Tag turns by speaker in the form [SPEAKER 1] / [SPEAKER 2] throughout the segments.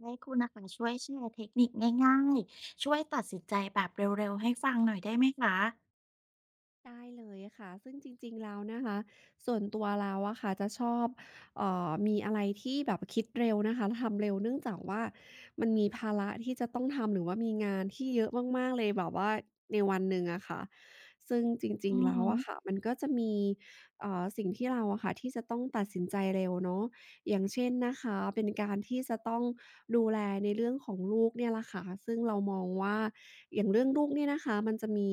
[SPEAKER 1] ให้คุณน่ะคะช่วยแชร์เทคนิคง่ายๆ ช่วยตัดสินใจแบบเร็วๆให้ฟังหน่อยได้ไหมคะ
[SPEAKER 2] ได้เลยค่ะซึ่งจริงๆแล้วนะคะส่วนตัวเราอะค่ะจะชอบมีอะไรที่แบบคิดเร็วนะคะทำเร็วเนื่องจากว่ามันมีภาระที่จะต้องทำหรือว่ามีงานที่เยอะมากๆเลยแบบว่าในวันหนึ่งอะค่ะซึ่งจริ
[SPEAKER 1] อื
[SPEAKER 2] งๆ
[SPEAKER 1] ม
[SPEAKER 2] แล้
[SPEAKER 1] อ
[SPEAKER 2] ว
[SPEAKER 1] ม
[SPEAKER 2] อะค่ะมันก็จะมีสิ่งที่เราอะค่ะที่จะต้องตัดสินใจเร็วเนาะ อย่างเช่นนะคะเป็นการที่จะต้องดูแลในเรื่องของลูกเนี่ยล่ะค่ะซึ่งเรามองว่าอย่างเรื่องลูกเนี่ยนะคะมันจะมี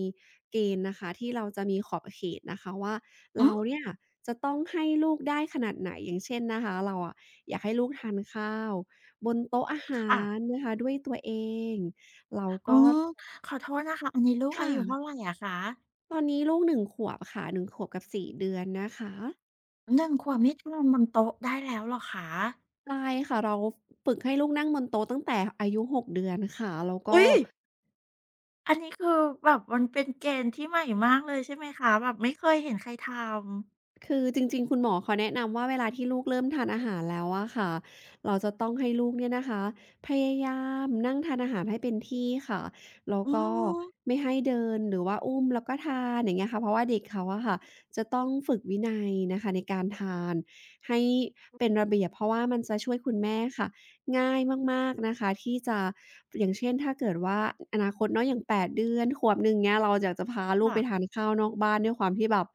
[SPEAKER 2] เกณฑ์นะคะที่เราจะมีขอบเขตนะคะว่า
[SPEAKER 1] อื
[SPEAKER 2] เรา
[SPEAKER 1] ม
[SPEAKER 2] เนี่ยจะต้องให้ลูกได้ขนาดไหนอย่างเช่นนะคะเราอะอยากให้ลูกทานข้าวบนโต๊ะอาหา
[SPEAKER 1] ค่ะ
[SPEAKER 2] รนะคะด้วยตัวเองเรา
[SPEAKER 1] อื
[SPEAKER 2] ก็
[SPEAKER 1] ม ขอโทษนะคะ อันนี้ลูกอา
[SPEAKER 2] ค่ะ
[SPEAKER 1] ยุเท่าไหรอะคะ
[SPEAKER 2] ตอนนี้ลูกหนึ่งขวบค่ะหนึ่งขวบกับ4เดือนนะคะ
[SPEAKER 1] หนึ่งขวบนี่ทานบนโต๊ะได้แล้วเหรอคะ
[SPEAKER 2] ใช่ค่ะเราฝึกให้ลูกนั่งบนโต๊ะตั้งแต่อายุ6เดือนค่ะแล้วก็
[SPEAKER 1] อุ๊ยอันนี้คือแบบมันเป็นเกณฑ์ที่ใหม่มากเลยใช่ไหมคะแบบไม่เคยเห็นใครทำ
[SPEAKER 2] คือจริงๆ คุณหมอเขาแนะนำว่าเวลาที่ลูกเริ่มทานอาหารแล้วอะค่ะเราจะต้องให้ลูกเนี่ยนะคะพยายามนั่งทานอาหารให้เป็นที่ค่ะแล้ว
[SPEAKER 1] อื
[SPEAKER 2] ก็
[SPEAKER 1] ม
[SPEAKER 2] ไม่ให้เดินหรือว่าอุ้มแล้วก็ทานอย่างเงี้ยค่ะเพราะว่าเด็กเขาอะค่ะจะต้องฝึกวินัยนะคะในการทานให้เป็นระเบียบเพราะว่ามันจะช่วยคุณแม่ค่ะง่ายมากๆนะคะที่จะอย่างเช่นถ้าเกิดว่าอนาคตเนาะอย่างแปดเดือนขวบหนึ่งเงี้ยเราอยากจะพาลูกไป
[SPEAKER 1] ค่ะ
[SPEAKER 2] ทานข้าวนอกบ้านด้วยความที่แบบ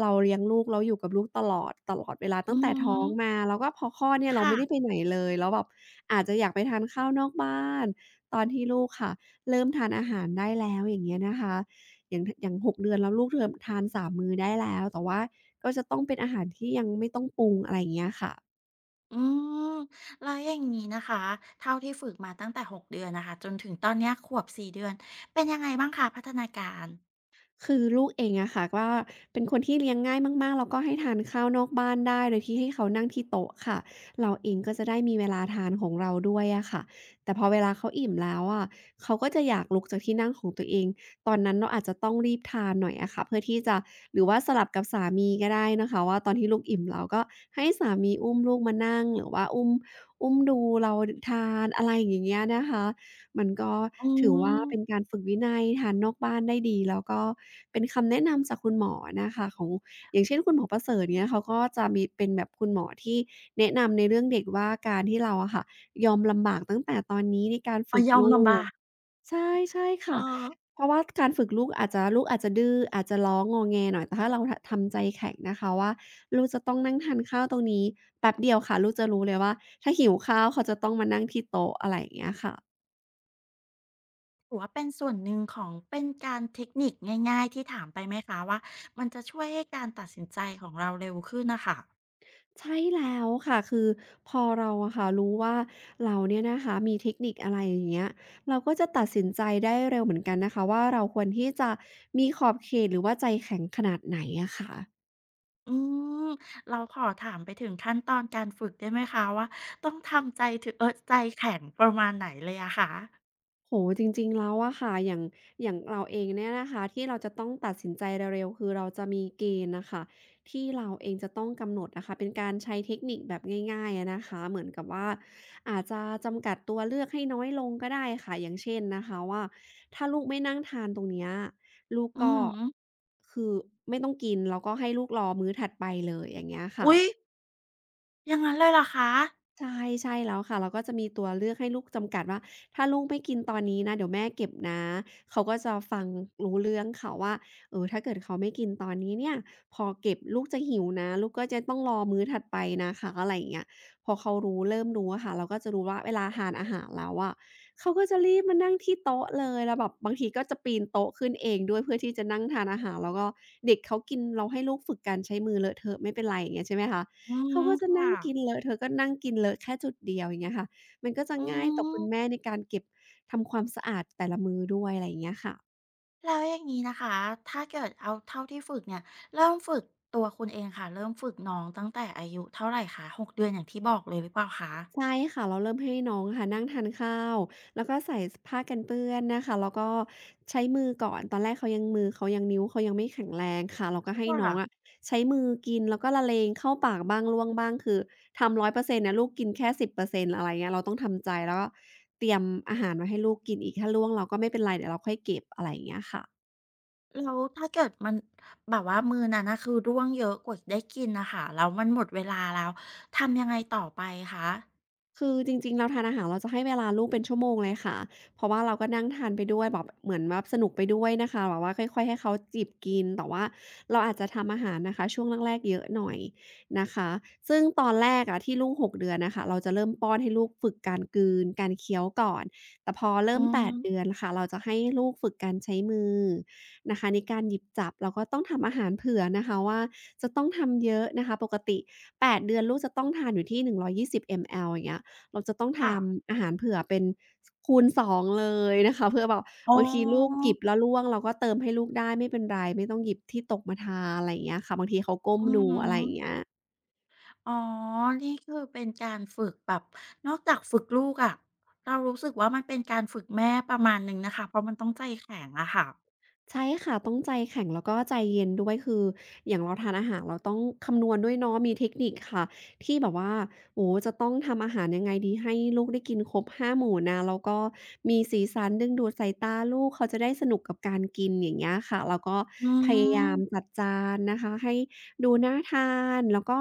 [SPEAKER 2] เราเลี้ยงลูกเราอยู่กับลูกตลอดเวลา
[SPEAKER 1] อื
[SPEAKER 2] ตั้งแต่ท้องมา
[SPEAKER 1] ม
[SPEAKER 2] แล้วก็พอคลอดเนี่ยเรา
[SPEAKER 1] ค่ะ
[SPEAKER 2] ไม่ได้ไปไหนเลยแล้วแบบอาจจะอยากไปทานข้าวนอกบ้านตอนที่ลูกค่ะเริ่มทานอาหารได้แล้วอย่างเงี้ยนะคะอย่าง6เดือนแล้วลูกเริ่มทาน3มมื้อได้แล้วแต่ว่าก็จะต้องเป็นอาหารที่ยังไม่ต้องปรุงอะไรอย่างเงี้ยค่ะ
[SPEAKER 1] อืมแล้วอย่างนี้นะคะเท่าที่ฝึกมาตั้งแต่6เดือนนะคะจนถึงตอนเนี้ยขวบ4เดือนเป็นยังไงบ้างคะพัฒนาการ
[SPEAKER 2] คือลูกเองอะค่ะว่าเป็นคนที่เลี้ยงง่ายมากๆ แล้วก็ให้ทานข้าวนอกบ้านได้โดยที่ให้เขานั่งที่โต๊ะค่ะเราเองก็จะได้มีเวลาทานของเราด้วยอะค่ะแต่พอเวลาเขาอิ่มแล้วอะเขาก็จะอยากลุกจากที่นั่งของตัวเองตอนนั้นเราอาจจะต้องรีบทานหน่อยอะค่ะเพื่อที่จะหรือว่าสลับกับสามีก็ได้นะคะว่าตอนที่ลูกอิ่มแล้วก็ให้สามีอุ้มลูกมานั่งหรือว่าอุ้มดูเราดทานอะไรอย่างเงี้ยนะคะ มันก็
[SPEAKER 1] อื
[SPEAKER 2] ถือว่า
[SPEAKER 1] ม
[SPEAKER 2] เป็นการฝึกวินัยทานนอกบ้านได้ดีแล้วก็เป็นคำแนะนำจากคุณหมอนะคะของอย่างเช่นคุณหมอประเสริฐเงี้ยเขาก็จะมีเป็นแบบคุณหมอที่แนะนำในเรื่องเด็กว่าการที่เราอะค่ะยอมลำบากตั้งแต่ตอนนี้ในการ
[SPEAKER 1] อ๋อ
[SPEAKER 2] ฝึก
[SPEAKER 1] ยอม
[SPEAKER 2] ลู
[SPEAKER 1] ลำบา
[SPEAKER 2] ก
[SPEAKER 1] ก
[SPEAKER 2] ใช่ใช่
[SPEAKER 1] เอ
[SPEAKER 2] ค่ะ
[SPEAKER 1] อ
[SPEAKER 2] เพราะว่าการฝึกลูกอาจจะดื้ออาจจะล้องงอแงหน่อยแต่ถ้าเราทำใจแข็งนะคะว่าลูกจะต้องนั่งทานข้าวตรงนี้แป๊บเดียวค่ะลูกจะรู้เลยว่าถ้าหิวข้าวเขาจะต้องมานั่งที่โต๊ะอะไรอย่างเงี้ยค่ะ
[SPEAKER 1] ถือว่าเป็นส่วนหนึ่งของเป็นการเทคนิคง่ายๆที่ถามไปไหมคะว่ามันจะช่วยให้การตัดสินใจของเราเร็วขึ้นน่ะค่ะ
[SPEAKER 2] ใช่แล้วค่ะ คือพอเราอะค่ะรู้ว่าเราเนี่ยนะคะมีเทคนิคอะไรอย่างเงี้ยเราก็จะตัดสินใจได้เร็วเหมือนกันนะคะว่าเราควรที่จะมีขอบเขตหรือว่าใจแข็งขนาดไหนอะค่ะ
[SPEAKER 1] อืมเราขอถามไปถึงขั้นตอนการฝึกได้ไหมคะว่าต้องทำใจถึเอ๊ยใจแข็งประมาณไหนเลยอะคะ
[SPEAKER 2] โหจริงๆแล้วอะค่ะอย่างเราเองเนี่ยนะคะที่เราจะต้องตัดสินใจเร็วๆคือเราจะมีเกณฑ์น่ะค่ะที่เราเองจะต้องกำหนดอะค่ะเป็นการใช้เทคนิคแบบง่ายๆอะนะคะเหมือนกับว่าอาจจะจำกัดตัวเลือกให้น้อยลงก็ได้ค่ะอย่างเช่นนะคะว่าถ้าลูกไม่นั่งทานตรงเนี้ยลูก
[SPEAKER 1] อื
[SPEAKER 2] ก็
[SPEAKER 1] อฮึ
[SPEAKER 2] คือไม่ต้องกินแล้วก็ให้ลูกรอมื้อถัดไปเลยอย่างเงี้ยค่ะ
[SPEAKER 1] อุ๊ยอย่างงั้นเลยเหรอคะ
[SPEAKER 2] ใช่ใช่แล้วค่ะเราก็จะมีตัวเลือกให้ลูกจำกัดว่าถ้าลูกไม่กินตอนนี้นะเดี๋ยวแม่เก็บนะเขาก็จะฟังรู้เรื่องค่ะว่าเออถ้าเกิดเขาไม่กินตอนนี้เนี่ยพอเก็บลูกจะหิวนะลูกก็จะต้องรอมื้อถัดไปนะคะอะไรอย่างเงี้ยพอเขารู้เริ่มรู้อะค่ะเราก็จะรู้ว่าเวลาทานอาหารแล้วอะเขาก็จะรีบมานั่งที่โต๊ะเลยแล้วแบบบางทีก็จะปีนโต๊ะขึ้นเองด้วยเพื่อที่จะนั่งทานอาหารแล้วก็เด็กเขากินเราให้ลูกฝึกการใช้มือเลอะเทอะไม่เป็นไรอย่างเงี้ยใช่ไหมคะ
[SPEAKER 1] อืม
[SPEAKER 2] เขาก็จะนั่
[SPEAKER 1] ค่ะ
[SPEAKER 2] งกินเลอะเธอก็นั่งกินเลอะแค่จุดเดียวอย่างเงี้ยค่ะมันก็จะ
[SPEAKER 1] อื
[SPEAKER 2] ง่ายต่อคุ
[SPEAKER 1] ม
[SPEAKER 2] ณแม่ในการเก็บทำความสะอาดแต่ละมื้อด้วยอะไรอย่างเงี้ยค่ะ
[SPEAKER 1] แล้วอย่างนี้นะคะถ้าเกิดเอาเท่าที่ฝึกเนี่ยเริ่มฝึกตัวคุณเองค่ะเริ่มฝึกน้องตั้งแต่อายุเท่าไหรคะหกเดือนอย่างที่บอกเลยหรือเปล่าคะ
[SPEAKER 2] ใช่ค่ะเราเริ่มให้น้องอะค่ะนั่งทานข้าวแล้วก็ใส่สผ้ากันเปื้อนนะคะแล้วก็ใช้มือก่อนตอนแรกเขายังมือเขายังนิ้วเขายังไม่แข็งแรงค่ะเราก็ให้น้อ
[SPEAKER 1] ค่ะ
[SPEAKER 2] งอะใช้มือกินแล้วก็ละเลงเข้าปากบ้างร่วงบ้างคือทำ100%นตนะลูกกินแค่10%อร์เซ็นต์อะไรเงี้ยเราต้องทำใจแล้วก็เตรียมอาหารไว้ให้ลูกกินอีกถ้าร่วงเราก็ไม่เป็นไรเดี๋ยวเราค่อยเก็บอะไรอย่างเงี้ยค่ะ
[SPEAKER 1] แล้วถ้าเกิดมันแบบว่ามื้อนั้นน่ะคือร่วงเยอะกว่าได้กินน่ะค่ะแล้วมันหมดเวลาแล้วทำยังไงต่อไปคะ
[SPEAKER 2] คือจริงๆเราทานอาหารเราจะให้เวลาลูกเป็นชั่วโมงเลยค่ะเพราะว่าเราก็นั่งทานไปด้วยแบบเหมือนแบบสนุกไปด้วยนะคะแบบว่าค่อยๆให้เขาจิบกินแต่ว่าเราอาจจะทำอาหารนะคะช่วงแรกๆเยอะหน่อยนะคะซึ่งตอนแรกอะที่ลูก6 เดือนน่ะค่ะเราจะเริ่มป้อนให้ลูกฝึกการกลืนการเคี้ยวก่อนแต่พอ
[SPEAKER 1] อื
[SPEAKER 2] เริ่มแปดเดื
[SPEAKER 1] ม
[SPEAKER 2] อนค่ะเราจะให้ลูกฝึกการใช้มือนะคะในการหยิบจับเราก็ต้องทำอาหารเผื่อนะคะว่าจะต้องทำเยอะนะคะปกติแปดเดือนลูกจะต้องทานอยู่ที่120 มลลิลิตรอย่างเงี้ย เราจะต้องท
[SPEAKER 1] ค่ะ
[SPEAKER 2] ำอาหารเผื่อเป็นสคูณสองเลยนะคะเพื่อแบบ
[SPEAKER 1] อ๋
[SPEAKER 2] บางทีลูก
[SPEAKER 1] อ
[SPEAKER 2] หยิบแล้วร่วงเราก็เติมให้ลูกได้ไม่เป็นไรไม่ต้องหยิบที่ตกมาทานอะไรอย่างเงี้ยค่ะบางทีเขาก้ม
[SPEAKER 1] อื
[SPEAKER 2] ดู
[SPEAKER 1] อ
[SPEAKER 2] อะไร
[SPEAKER 1] ฮึ
[SPEAKER 2] อย่างเงี้ย
[SPEAKER 1] อ๋อ นี่คือเป็นการฝึกแบบ นอกจากฝึกลูกอะเรารู้สึกว่ามันเป็นการฝึกแม่ประมาณหนึ่งนะคะ เพราะมันต้องใจแข็งอะค่ะ
[SPEAKER 2] ใช่ค่ะต้องใจแข็งแล้วก็ใจเย็นด้วยคืออย่างเราทานอาหารเราต้องคำนวณด้วยเนาะมีเทคนิคค่ะที่แบบว่าโอ้โฮจะต้องทำอาหารยังไงดีให้ลูกได้กินครบ5 หมู่นะแล้วก็มีสีสันดึงดูดสายตาลูกเขาจะได้สนุกกับการกินอย่างเงี้ยค่ะแล้วก็
[SPEAKER 1] อื
[SPEAKER 2] พยายาม
[SPEAKER 1] ม
[SPEAKER 2] จัดจานนะคะให้ดูน่าทานแล้วก็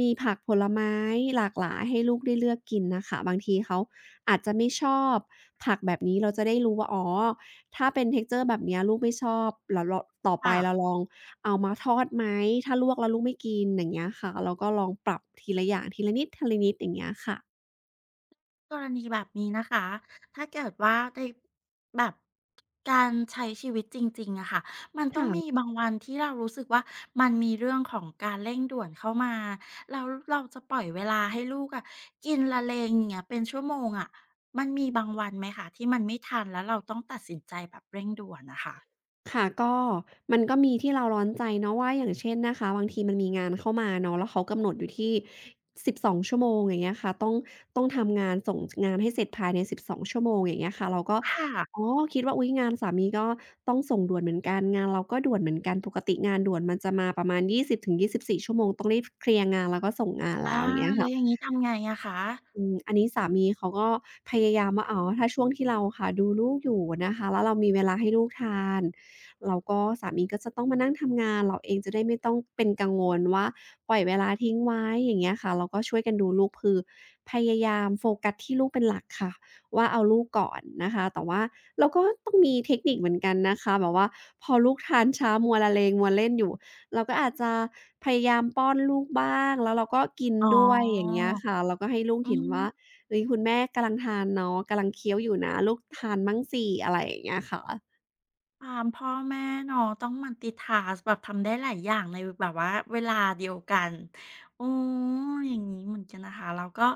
[SPEAKER 2] มีผักผลไม้หลากหลายให้ลูกได้เลือกกินน่ะค่ะบางทีเขาอาจจะไม่ชอบผักแบบนี้เราจะได้รู้ว่าอ๋อ ถ้าเป็น texture แบบเนี้ยลูกไม่ชอบแล้วเราต่อไป
[SPEAKER 1] ค่ะ
[SPEAKER 2] เราลองเอามาทอดไหมถ้าลวกแล้วลูกไม่กินอย่างเงี้ยค่ะเราก็ลองปรับทีละอย่างทีละนิดทีละนิดอย่างเงี้ยค่ะ
[SPEAKER 1] กรณีแบบนี้นะคะ ถ้าเกิดว่าในแบบการใช้ชีวิตจริงๆอะค่ะ มันต้องมี
[SPEAKER 2] ค่ะ
[SPEAKER 1] บางวันที่เรารู้สึกว่ามันมีเรื่องของการเร่งด่วนเข้ามาแล้วเราจะปล่อยเวลาให้ลูกอะกินละเลงอย่างเงี้ยเป็นชั่วโมงอะ มันมีบางวันไหมคะที่มันไม่ทันแล้วเราต้องตัดสินใจแบบเร่งด่วนนะคะ
[SPEAKER 2] ค่ะก็มันก็มีที่เราร้อนใจเนาะว่าอย่างเช่นนะคะบางทีมันมีงานเข้ามาเนาะแล้วเขากำหนดอยู่ที่12ชั่วโมงอย่างเงี้ยค่ะต้องทำงานส่งงานให้เสร็จภายใน12 ชั่วโมงอย่างเงี้ยค่ะเราก็
[SPEAKER 1] ค่ะ
[SPEAKER 2] อ๋อคิดว่าอุ๊ยงานสามีก็ต้องส่งด่วนเหมือนกันงานเราก็ด่วนเหมือนกันปกติงานด่วนมันจะมาประมาณ20-24ชั่วโมงต้องรีบเคลียร์งานแล้วก็ส่งงานแล้
[SPEAKER 1] อา
[SPEAKER 2] วอย่างเงี้ย
[SPEAKER 1] แล้
[SPEAKER 2] ค่ะ
[SPEAKER 1] วอย่างนี้ทำไงอะคะ
[SPEAKER 2] อันนี้สามีเขาก็พยายามว่าอ๋อถ้าช่วงที่เราค่ะดูลูกอยู่นะคะแล้วเรามีเวลาให้ลูกทานแล้วก็สามีก็จะต้องมานั่งทำงานเราเองจะได้ไม่ต้องเป็นกังวลว่าปล่อยเวลาทิ้งไว้อย่างเงี้ยค่ะเราก็ช่วยกันดูลูกคือพยายามโฟกัสที่ลูกเป็นหลักค่ะว่าเอาลูกก่อนนะคะแต่ว่าเราก็ต้องมีเทคนิคเหมือนกันนะคะแบบว่าพอลูกทานช้ามัวละเลงมัวเล่นอยู่ เราก็อาจจะพยายามป้อนลูกบ้างแล้วเราก็กิน
[SPEAKER 1] อ๋
[SPEAKER 2] ด้วยอย่าง
[SPEAKER 1] อ
[SPEAKER 2] เงี้ยค่ะเราก็ให้ลูก
[SPEAKER 1] อื
[SPEAKER 2] เห็น
[SPEAKER 1] ม
[SPEAKER 2] ว่าเฮ้ยคุณแม่กำลังทานเนาะกำลังเคี้ยวอยู่นะลูกทานมั่งสิอะไรอย่างเงี้ยค่ะ
[SPEAKER 1] ตามพ่อแม่เนาะต้อง multitask แบบทำได้หลายอย่างในแบบว่าเวลาเดียวกันอ๋ออย่างงี้เหมือนกันนะคะแล้วก็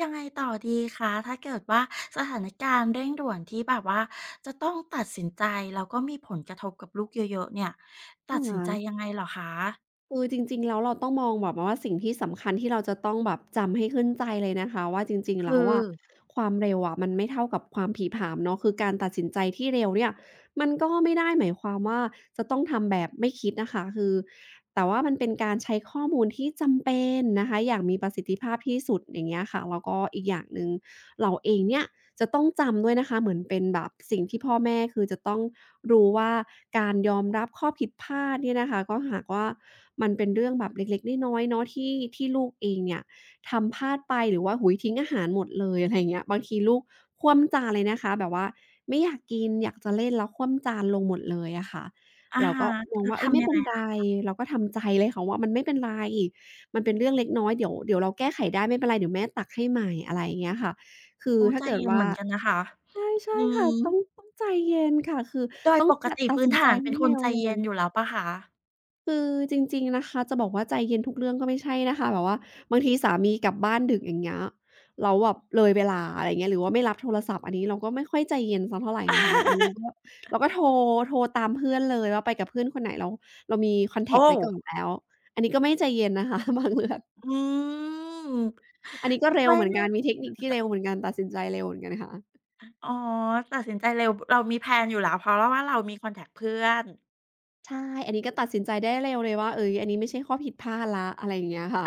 [SPEAKER 1] ยังไงต่อดีคะถ้าเกิดว่าสถานการณ์เร่งด่วนที่แบบว่าจะต้องตัดสินใจแล้วก็มีผลกระทบกับลูกเยอะๆเนี่ย
[SPEAKER 2] ค
[SPEAKER 1] ตัดสินใจยั
[SPEAKER 2] ่ะ
[SPEAKER 1] งไงเหรอคะ
[SPEAKER 2] คือจริงๆแล้วเราต้องมองแบบว่าสิ่งที่สำคัญที่เราจะต้องแบบจำให้ขึ้นใจเลยนะคะว่าจริงๆ
[SPEAKER 1] คือ
[SPEAKER 2] แล้วอะความเร็วอะมันไม่เท่ากับความผลีผลามเนาะคือการตัดสินใจที่เร็วเนี่ยมันก็ไม่ได้หมายความว่าจะต้องทำแบบไม่คิดนะคะคือแต่ว่ามันเป็นการใช้ข้อมูลที่จำเป็นนะคะอย่างมีประสิทธิภาพที่สุดอย่างเงี้ยค่ะแล้วก็อีกอย่างหนึ่งเราเองเนี่ย จะต้องจำด้วยนะคะเหมือนเป็นแบบสิ่งที่พ่อแม่คือจะต้องรู้ว่าการยอมรับข้อผิดพลาดเนี่ยนะคะก็หากว่ามันเป็นเรื่องแบบเล็กๆน้อยๆเนาะที่ลูกเองเนี่ยทำพลาดไปหรือว่าโอ้โฮทิ้งอาหารหมดเลยอะไรอย่างเงี้ยบางทีลูกคว่ำจานเลยนะคะแบบว่าไม่อยากกินอยากจะเล่นแล้วคว่ำจานลงหมดเลยอะค่ะ
[SPEAKER 1] อะ
[SPEAKER 2] เรา
[SPEAKER 1] ฮะ
[SPEAKER 2] ก็มอง
[SPEAKER 1] แล้ว
[SPEAKER 2] ว่าเฮ้ย
[SPEAKER 1] ทำ
[SPEAKER 2] ไม่
[SPEAKER 1] ยัง
[SPEAKER 2] เป็
[SPEAKER 1] ไง
[SPEAKER 2] นไร
[SPEAKER 1] คะ
[SPEAKER 2] เราก็ทำใจเลยค่ะว่ามันไม่เป็นไรมันเป็นเรื่องเล็กน้อยเดี๋ยวเราแก้ไขได้ไม่เป็นไรเดี๋ยวแม่ตักให้ใหม่อะไรอย่างเงี้ยค่ะ คือ
[SPEAKER 1] โอ้
[SPEAKER 2] ถ้า
[SPEAKER 1] ใจ
[SPEAKER 2] เกิด
[SPEAKER 1] เย็นเห
[SPEAKER 2] ว่า
[SPEAKER 1] มือนกันนะคะ
[SPEAKER 2] ใช่ใช่
[SPEAKER 1] อื
[SPEAKER 2] ค่ะ
[SPEAKER 1] ม
[SPEAKER 2] ต้องใจเย็นค่ะคือ
[SPEAKER 1] โดย
[SPEAKER 2] ต้อง
[SPEAKER 1] ปก
[SPEAKER 2] ตัด
[SPEAKER 1] ติ
[SPEAKER 2] ตัด
[SPEAKER 1] พื้น
[SPEAKER 2] สินใจ
[SPEAKER 1] ฐานเป็
[SPEAKER 2] ให้
[SPEAKER 1] นคน
[SPEAKER 2] เร็ว
[SPEAKER 1] ใจ
[SPEAKER 2] เล
[SPEAKER 1] เย็
[SPEAKER 2] ย
[SPEAKER 1] นอยู่แล้วเปล่าคะ
[SPEAKER 2] คือจริงๆนะคะจะบอกว่าใจเย็นทุกเรื่องก็ไม่ใช่นะคะแบบว่าบางทีสามีกลับบ้านดึกอย่างเงี้ยแล้วแบบเลยเวลาอะไรอย่างเงี้ยหรือว่าไม่รับโทรศัพท์อันนี้เราก็ไม่ค่อยใจเย็นสักเท่าไรนะคะแบบนี้เรา ก็เราก็โทรโทรตามเพื่อนเลยว่าไปกับเพื่อนคนไหนเรามีคอนแท็ก
[SPEAKER 1] โอ้
[SPEAKER 2] ต์ไว้ก่อนแล้วอันนี้ก็ไม่ใจเย็นนะคะ บางเรื่อง
[SPEAKER 1] อืม
[SPEAKER 2] อันนี้ก็เร็ว
[SPEAKER 1] ไม่
[SPEAKER 2] เหมือน
[SPEAKER 1] เล
[SPEAKER 2] กั
[SPEAKER 1] ย
[SPEAKER 2] นมีเทคนิคที่เร็วเหมือนกันตัดสินใจเร็วเหมือนกันค่ะ
[SPEAKER 1] อ๋อตัดสินใจเร็วเรามีแพลนอยู่แล้วเพราะเราว่าเรามีคอนแท็กต์เพื่อน
[SPEAKER 2] ใช่ อันนี้ก็ตัดสินใจได้เร็วเลยว่าเอ้ยอันนี้ไม่ใช่ข้อผิดพลาดแล้วอะไรอย่างเงี้ยค่ะ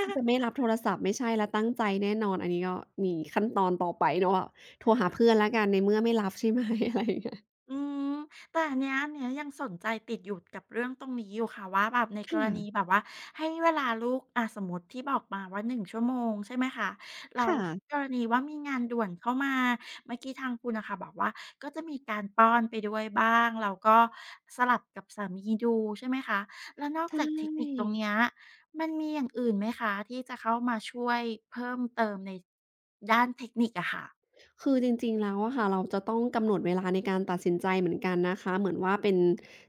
[SPEAKER 2] ที่จะไม่รับโทรศัพท์ไม่ใช่แล้วตั้งใจแน่นอนอันนี้ก็มีขั้นตอนต่อไปเนาะโทรหาเพื่อนแล้วกันในเมื่อไม่รับใช่ไหม อะไรอย่างเงี้ย
[SPEAKER 1] อืมแต่อันเนี้ยอันเนี้ยยังสนใจติดอยู่กับเรื่องตรงนี้อยู่ค่ะว่าแบบในกร
[SPEAKER 2] ค่ะ
[SPEAKER 1] ณีแบบว่าให้เวลาลูกอะสมมุติที่บอกมาว่า1ชั่วโมงใช่ไหมคะแล้ว
[SPEAKER 2] ค่ะ
[SPEAKER 1] กรณีว่ามีงานด่วนเข้ามาเมื่อกี้ทางคุณน่ะค่ะบอกว่าก็จะมีการป้อนไปด้วยบ้างแล้วก็สลับกับสามีดูใช่ไหมคะแล้วนอก
[SPEAKER 2] ใช่
[SPEAKER 1] จากเทคนิคตรงเนี้ยมันมีอย่างอื่นไหมคะที่จะเข้ามาช่วยเพิ่มเติมในด้านเทคนิคอะค่ะ
[SPEAKER 2] คือจริงๆแล้วอะค่ะเราจะต้องกำหนดเวลาในการตัดสินใจเหมือนกันนะคะเหมือนว่าเป็น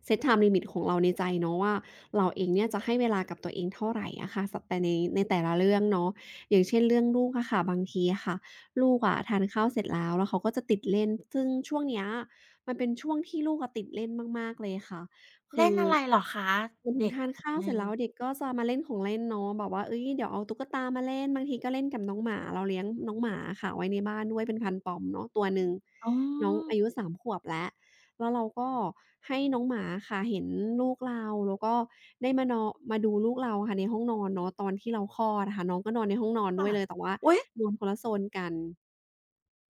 [SPEAKER 2] set time limit ของเราในใจเนาะว่าเราเองเนี่ยจะให้เวลากับตัวเองเท่าไรอะค่ะสับแต่ในแต่ละเรื่องเนาะอย่างเช่นเรื่องลูกอะค่ะบางทีอะค่ะลูกอะทานข้าวเสร็จแล้วแล้วเขาก็จะติดเล่นซึ่งช่วงเนี้ยมันเป็นช่วงที่ลูกอะติดเล่นมากๆเลยค่ะ คื
[SPEAKER 1] เล่น
[SPEAKER 2] อ
[SPEAKER 1] อะไรเหรอคะ
[SPEAKER 2] เหมือนถึ
[SPEAKER 1] เด็
[SPEAKER 2] ง
[SPEAKER 1] ก
[SPEAKER 2] ทา
[SPEAKER 1] ข
[SPEAKER 2] น
[SPEAKER 1] วบ
[SPEAKER 2] ข้าว
[SPEAKER 1] ห
[SPEAKER 2] เส
[SPEAKER 1] นึ่
[SPEAKER 2] ร็จ
[SPEAKER 1] ง
[SPEAKER 2] แล้วเด็กก็จะมาเล่นของเล่นเนาะแบบว่าเฮ้ยเดี๋ยวเอาตุ๊กตามาเล่นบางทีก็เล่นกับน้องหมาเราเลี้ยงน้องหมาอะค่ะไว้ในบ้านด้วยเป็นพันธุ์ปอมเนาะตัวหนึ่ง
[SPEAKER 1] อ๋
[SPEAKER 2] น้อง
[SPEAKER 1] อ
[SPEAKER 2] อายุ3 ขวบแล้วแล้วเราก็ให้น้องหมาอะค่ะเห็นลูกเราแล้วก็ได้มานอมาดูลูกเราค่ะในห้องนอนเนาะตอนที่เราคลอดอะค่ะน้องก็นอนในห้องนอนด้
[SPEAKER 1] ค่ะ
[SPEAKER 2] วยเลยแต่ว่า
[SPEAKER 1] อุ๊ย
[SPEAKER 2] นอนคนละโซนกัน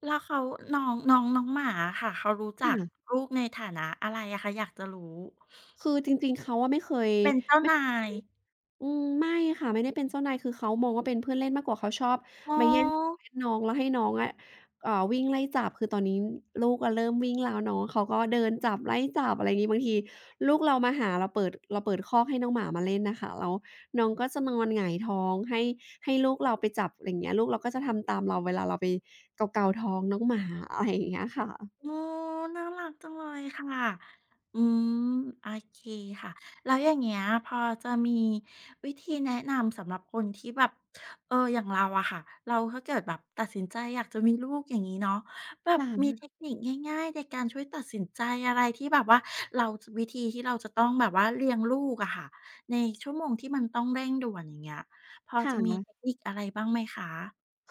[SPEAKER 1] แล้วเขาน้องน้องน้องหมาอะค่ะ เขารู้จัก
[SPEAKER 2] ค่ะ
[SPEAKER 1] ลูกในฐานะอะไรอะคะอยากจะรู้
[SPEAKER 2] คือจริงๆเขาอะไม่เคย
[SPEAKER 1] เป็นเจ้า
[SPEAKER 2] ไม่
[SPEAKER 1] นาย
[SPEAKER 2] อืมไม่ค่ะไม่ได้เป็นเจ้านายคือเขามองว่าเป็นเพื่อนเล่นมากกว่าเขาชอบ
[SPEAKER 1] อ๋อ
[SPEAKER 2] มาแย่งของเล่นน้องแล้วให้น้องอะเอ่าวิ่งไล่จับคือตอนนี้ลูกอะเริ่มวิ่งแล้วน้องเขาก็เดินจับไล่จับอะไรงี้บางทีลูกเรามาหาเราเปิดเราเปิดคอกให้น้องหมามาเล่นน่ะค่ะแล้วน้องก็จะนอนหงายท้องให้ลูกเราไปจับไรเงี้ยลูกเราก็จะทำตามเราเวลาเราไปเกาๆท้องน้องหมาอะไรอย่างเงี้ยค่ะ
[SPEAKER 1] โอ้อน่ารักจังเลยค่ะอืมโอเคค่ะแล้วอย่างเงี้ยพอจะมีวิธีแนะนำสำหรับคนที่แบบอย่างเราอะค่ะเราถ้าเกิดแบบตัดสินใจอยากจะมีลูกอย่างนี้เนาะแบบ
[SPEAKER 2] ค่ะ
[SPEAKER 1] มีเทคนิคง่ายๆในการช่วยตัดสินใจอะไรที่แบบว่าเราวิธีที่เราจะต้องแบบว่าเลี้ยงลูกอะค่ะในชั่วโมงที่มันต้องเร่งด่วนอย่างเงี้ยพอ
[SPEAKER 2] ค
[SPEAKER 1] จะมีเท
[SPEAKER 2] ่ะ
[SPEAKER 1] คนิคอะไรบ้างไหมคะ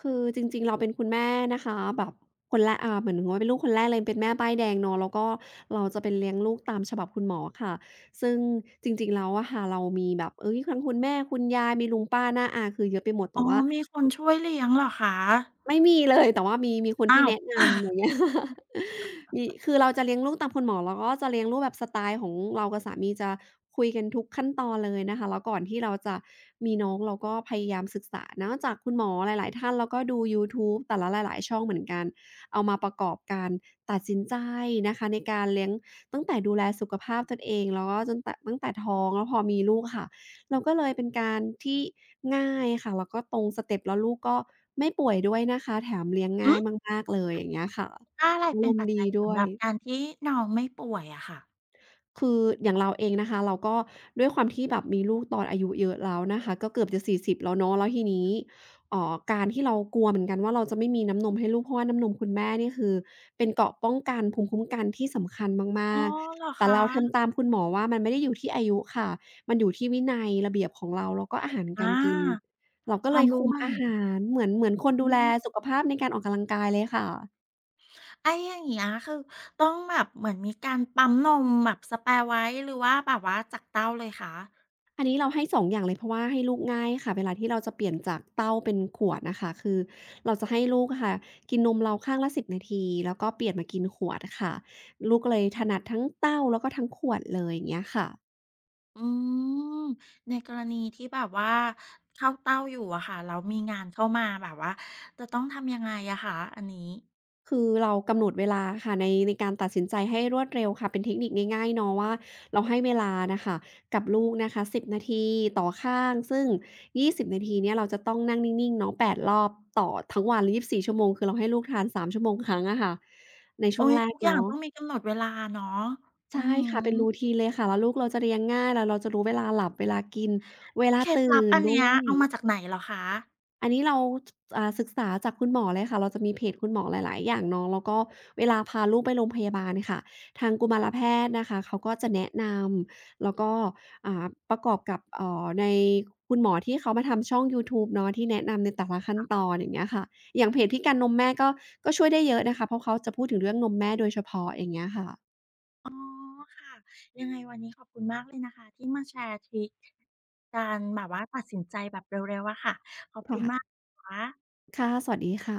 [SPEAKER 2] คือจริงๆเราเป็นคุณแม่นะคะแบบคนแรกอ่าเหมือนว่าเป็นลูกคนแรกเลยเป็นแม่ป้ายแดงเนาะแล้วก็เราจะเป็นเลี้ยงลูกตามฉบับคุณหมอค่ะซึ่งจริงๆแล้วอะค่ะเรามีแบบเฮ้ยทั้งคุณแม่คุณยายมีลุงป้าน้าอาคือเยอะไปหมดแต่
[SPEAKER 1] อ๋อ
[SPEAKER 2] ว่า
[SPEAKER 1] มีคนช่วยเลี้ยงเหรอคะ
[SPEAKER 2] ไม่มีเลยแต่ว่ามีคน
[SPEAKER 1] อ้า
[SPEAKER 2] ที่
[SPEAKER 1] ว
[SPEAKER 2] แนะนำอย่างเงี้ย มีคือเราจะเลี้ยงลูกตามคุณหมอเราก็จะเลี้ยงลูกแบบสไตล์ของเรากับสามีจะคุยกันทุกขั้นตอนเลยนะคะแล้วก่อนที่เราจะมีน้องเราก็พยายามศึกษาเนาะจากคุณหมอหลายๆท่านแล้วก็ดูยูทูบแต่ละหลายๆช่องเหมือนกันเอามาประกอบการตัดสินใจนะคะในการเลี้ยงตั้งแต่ดูแลสุขภาพตนเองแล้วก็จนแต่ตั้งแต่ท้องแล้วพอมีลูกค่ะ เราก็เลยเป็นการที่ง่ายค่ะแล้วก็ตรงสเต็ปแล้วลูกก็ไม่ป่วยด้วยนะคะแถมเลี้ยง
[SPEAKER 1] อื
[SPEAKER 2] ง่าย
[SPEAKER 1] ม
[SPEAKER 2] มากๆเลยอย่างเงี้ยค่ะ
[SPEAKER 1] ถ้าอะไร
[SPEAKER 2] อาร
[SPEAKER 1] เป็น
[SPEAKER 2] ม
[SPEAKER 1] ปั
[SPEAKER 2] ณ์
[SPEAKER 1] จ
[SPEAKER 2] ดี
[SPEAKER 1] จัย
[SPEAKER 2] ด้
[SPEAKER 1] สำ
[SPEAKER 2] ว
[SPEAKER 1] ห
[SPEAKER 2] ย
[SPEAKER 1] รับการที่น้องไม่ป่วยอะค่ะ
[SPEAKER 2] คืออย่างเราเองนะคะเราก็ด้วยความที่แบบมีลูกตอนอายุเยอะแล้วนะคะก็เกือบจะ40แล้วเนาะแล้วทีนี้การที่เรากลัวเหมือนกันว่าเราจะไม่มีน้ำนมให้ลูกเพราะว่าน้ำนมคุณแม่นี่คือเป็นเกราะป้องกันภูมิคุ้มกันที่สำคัญ
[SPEAKER 1] อ๋อ
[SPEAKER 2] มาก
[SPEAKER 1] เหรอ
[SPEAKER 2] ๆ
[SPEAKER 1] ค
[SPEAKER 2] แต่เรา
[SPEAKER 1] ะ
[SPEAKER 2] ทำตามคุณหมอว่ามันไม่ได้อยู่ที่อายุค่ะมันอยู่ที่วินัยระเบียบของเราแล้วก็อาหารการ
[SPEAKER 1] อา
[SPEAKER 2] กินเราก็
[SPEAKER 1] ค
[SPEAKER 2] เล
[SPEAKER 1] วาม
[SPEAKER 2] ย
[SPEAKER 1] รู้
[SPEAKER 2] คุม
[SPEAKER 1] ใหม่
[SPEAKER 2] อาหารเหมือนคน
[SPEAKER 1] อื
[SPEAKER 2] ดูแลสุ
[SPEAKER 1] ม
[SPEAKER 2] ขภาพในการออกกำลังกายเลยค่ะ
[SPEAKER 1] ไอ้อย่างเงี้ยคือต้องแบบเหมือนมีการปั๊มนมแบบ spare ไว้หรือว่าแบบว่าจากเต้าเลยคะ
[SPEAKER 2] อันนี้เราให้2องอย่างเลยเพราะว่าให้ลูกง่ายค่ะเวลาที่เราจะเปลี่ยนจากเต้าเป็นขวดน่ะค่ะคือเราจะให้ลูกอะค่ะกินนมเราข้างละ10นาทีแล้วก็เปลี่ยนมากินขวดค่ะลูกก็เลยถนัดทั้งเต้าแล้วก็ทั้งขวดเลยอย่างเงี้ยค่ะ
[SPEAKER 1] อืมในกรณีที่แบบว่าเข้าเต้าอยู่อะค่ะแล้วมีงานเข้ามาแบบว่าจะต้องทำยังไงอะคะอันนี้
[SPEAKER 2] คือเรากำหนดเวลาค่ะในการตัดสินใจให้รวดเร็วค่ะเป็นเทคนิคง่ายๆเนาะว่าเราให้เวลาน่ะค่ะกับลูกนะคะ10นาทีต่อข้างซึ่ง20นาทีเนี่ยเราจะต้องนั่งนิ่งๆเนาะ8รอบต่อทั้งวันยี่บสี่ชั่วโมงคือเราให้ลูกทาน3ชั่วโมงครั้งอะค่ะใน
[SPEAKER 1] โอ๊
[SPEAKER 2] ช่วง
[SPEAKER 1] ย
[SPEAKER 2] แร
[SPEAKER 1] ทุ
[SPEAKER 2] ก
[SPEAKER 1] กอย่าง
[SPEAKER 2] เนาะ
[SPEAKER 1] ต้องมีกำหนดเวลาเนาะอื
[SPEAKER 2] ใช่
[SPEAKER 1] อฮ
[SPEAKER 2] ค่ะเป็น
[SPEAKER 1] ึ
[SPEAKER 2] routine เลยค่ะแล้วลูกเราจะเลี้ยงง่ายแล้วเราจะรู้เวลาหลับเวลากินเวลา
[SPEAKER 1] เคล็ด
[SPEAKER 2] ตื่
[SPEAKER 1] ลับ
[SPEAKER 2] น
[SPEAKER 1] อัน
[SPEAKER 2] ด้
[SPEAKER 1] เนี้ย
[SPEAKER 2] วย
[SPEAKER 1] เอามาจากไหนเหรอคะ
[SPEAKER 2] อันนี้เราศึกษาจากคุณหมอเลยค่ะ เราจะมีเพจคุณหมอหลาย ๆ อย่างเนาะแล้วก็เวลาพาลูกไปโรงพยาบาลค่ะทางกุมารแพทย์นะคะเขาก็จะแนะนำแล้วก็ประกอบกับในคุณหมอที่เขามาทำช่องยูทูบเนาะที่แนะนำในแต่ละขั้นตอนอย่างเงี้ยค่ะอย่างเพจพี่กันนมแม่ก็ช่วยได้เยอะนะคะเพราะเขาจะพูดถึงเรื่องนมแม่โดยเฉพาะอย่างเงี้ยค่ะ
[SPEAKER 1] อ๋อค่ะยังไงวันนี้ขอบคุณมากเลยนะคะที่มาแชร์ทริกการแบบว่าตัดสินใจแบบเร็วๆอะค่ะขอบคุณมาก
[SPEAKER 2] ค่ะ
[SPEAKER 1] นะคะ
[SPEAKER 2] ค่ะสวัสดีค่ะ